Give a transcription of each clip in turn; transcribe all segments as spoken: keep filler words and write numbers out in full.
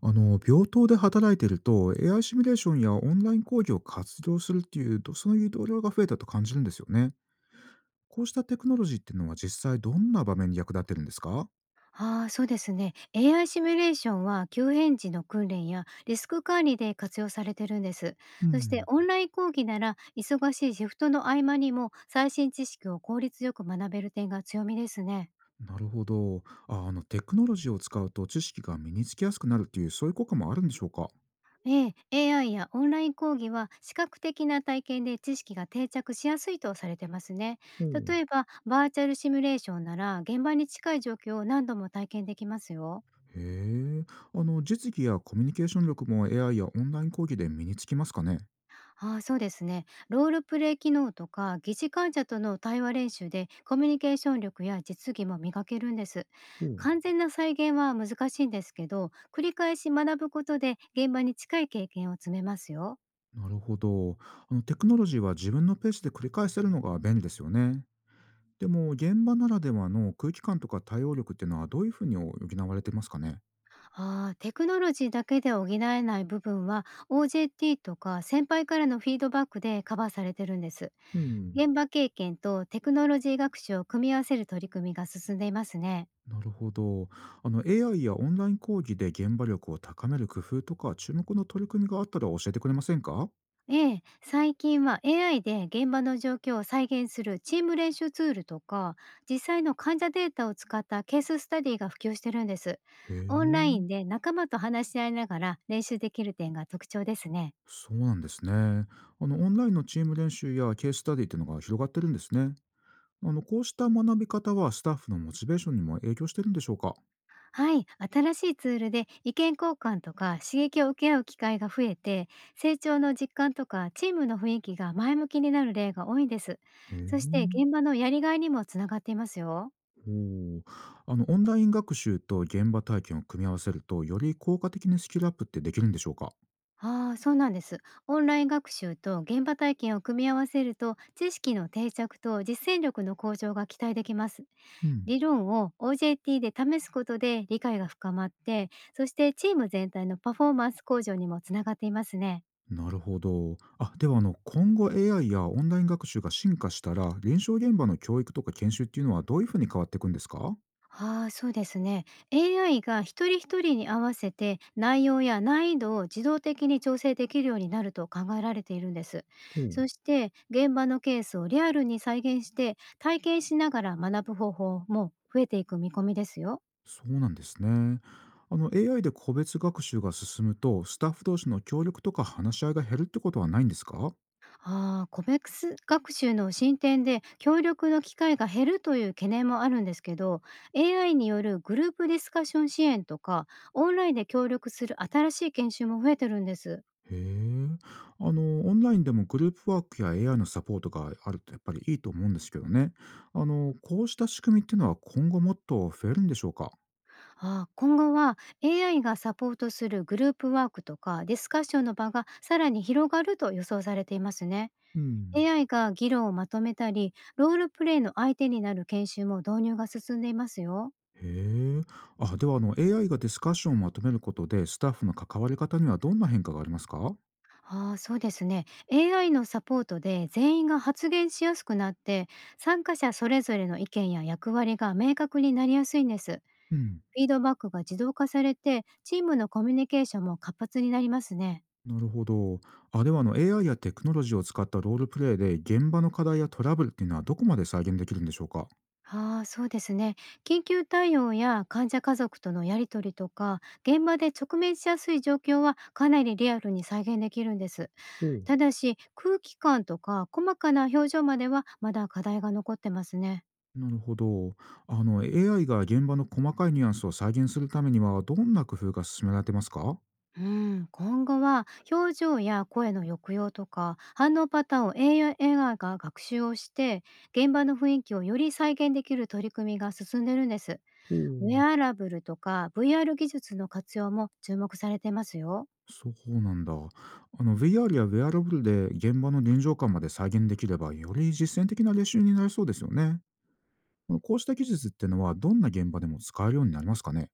あの病棟で働いていると エーアイ シミュレーションやオンライン講義を活動するっていうどその誘導量が増えたと感じるんですよね。こうしたテクノロジーっていうのは実際どんな場面に役立ってるんですか？ああ、そうですね。エーアイ シミュレーションは急変時の訓練やリスク管理で活用されてるんです。うそしてん、オンライン講義なら忙しいシフトの合間にも最新知識を効率よく学べる点が強みですね。なるほど。あ。あのテクノロジーを使うと知識が身につきやすくなるっていうそういう効果もあるんでしょうか？ええ、エーアイ やオンライン講義は視覚的な体験で知識が定着しやすいとされてますね。ほう。例えばバーチャルシミュレーションなら現場に近い状況を何度も体験できますよ。へえ。あの実技やコミュニケーション力も エーアイ やオンライン講義で身につきますかね？ああ、そうですね。ロールプレイ機能とか疑似患者との対話練習でコミュニケーション力や実技も磨けるんです。ほう。完全な再現は難しいんですけど、繰り返し学ぶことで現場に近い経験を積めますよ。なるほど。あのテクノロジーは自分のペースで繰り返せるのが便利ですよね。でも、現場ならではの空気感とか対応力っていうのはどういうふうに補われてますかね？ああ、テクノロジーだけで補えない部分は オージェーティー とか先輩からのフィードバックでカバーされてるんです。うん、現場経験とテクノロジー学習を組み合わせる取り組みが進んでいますね。なるほど。あの エーアイ やオンライン講義で現場力を高める工夫とか注目の取り組みがあったら教えてくれませんか？ええ、最近は エーアイ で現場の状況を再現するチーム練習ツールとか実際の患者データを使ったケーススタディが普及してるんです。へオンラインえ、で仲間と話し合いながら練習できる点が特徴ですね。そうなんですね。あのオンラインのチーム練習やケーススタディっていうのが広がってるんですね。あのこうした学び方はスタッフのモチベーションにも影響してるんでしょうか？はい、新しいツールで意見交換とか刺激を受け合う機会が増えて、成長の実感とかチームの雰囲気が前向きになる例が多いんです。へえ。そして現場のやりがいにもつながっていますよ。おお、あのオンライン学習と現場体験を組み合わせると、より効果的にスキルアップってできるんでしょうか？ああ、そうなんです。オンライン学習と現場体験を組み合わせると、知識の定着と実践力の向上が期待できます。うん、理論を オージェーティー で試すことで理解が深まって、そしてチーム全体のパフォーマンス向上にもつながっていますね。なるほど。あ、ではあの今後 エーアイ やオンライン学習が進化したら、臨床現場の教育とか研修っていうのはどういうふうに変わっていくんですか？ほああ、そうですね。エーアイ が一人一人に合わせて内容や難易度を自動的に調整できるようになると考えられているんです。そう、して現場のケースをリアルに再現して体験しながら学ぶ方法も増えていく見込みですよ。そうなんですね。あの エーアイ で個別学習が進むと、スタッフ同士の協力とか話し合いが減るってことはないんですか？ああ、個別学習の進展で協力の機会が減るという懸念もあるんですけど、エーアイ によるグループディスカッション支援とか、オンラインで協力する新しい研修も増えてるんです。へえ。あの、オンラインでもグループワークや エーアイ のサポートがあるとやっぱりいいと思うんですけどね。あの、こうした仕組みっていうのは今後もっと増えるんでしょうか？ああ、今後は エーアイ がサポートするグループワークとかディスカッションの場がさらに広がると予想されていますね。うん。エーアイ が議論をまとめたり、ロールプレイの相手になる研修も導入が進んでいますよ。へえ。あ、ではあの エーアイ がディスカッションをまとめることでスタッフの関わり方にはどんな変化がありますか？ああ、そうですね。エーアイ のサポートで全員が発言しやすくなって、参加者それぞれの意見や役割が明確になりやすいんです。うん。フィードバックが自動化されて、チームのコミュニケーションも活発になりますね。なるほど。あ、ではあの エーアイ やテクノロジーを使ったロールプレイで現場の課題やトラブルっていうのはどこまで再現できるんでしょうか？ああ、そうですね。緊急対応や患者家族とのやり取りとか、現場で直面しやすい状況はかなりリアルに再現できるんです。ただし、空気感とか細かな表情まではまだ課題が残ってますね。なるほど。あの、エーアイ が現場の細かいニュアンスを再現するためには、どんな工夫が進められてますか？ほうん、今後は表情や声の抑揚とか反応パターンを エーアイ が学習をして、現場の雰囲気をより再現できる取り組みが進んでるんです。ウェう、アラブルとか ブイアール 技術の活用も注目されてますよ。そうなんだ。あの、ブイアール やウェアラブルで現場の臨場感まで再現できれば、より実践的な練習になりそうですよね。こうした技術ってのは、どんな現場でも使えるようになりますかね？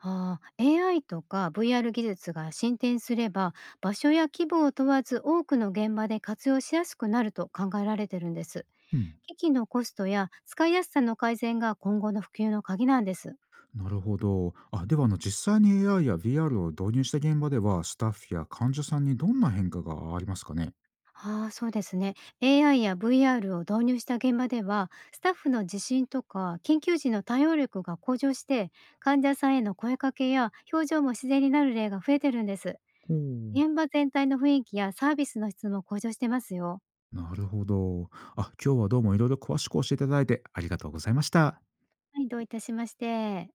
ああ、エーアイ とか ブイアール 技術が進展すれば、場所や規模を問わず多くの現場で活用しやすくなると考えられてるんです。うん。機器のコストや使いやすさの改善が今後の普及の鍵なんです。なるほど。あ、では、あの、実際に エーアイ や ブイアール を導入した現場では、スタッフや患者さんにどんな変化がありますかね？ああ、そうですね。エーアイ や ブイアール を導入した現場では、スタッフの自信とか緊急時の対応力が向上して、患者さんへの声かけや表情も自然になる例が増えてるんです。ほう。現場全体の雰囲気やサービスの質も向上してますよ。なるほど。あ、今日はどうもいろいろ詳しく教えていただいてありがとうございました。はい、どういたしまして。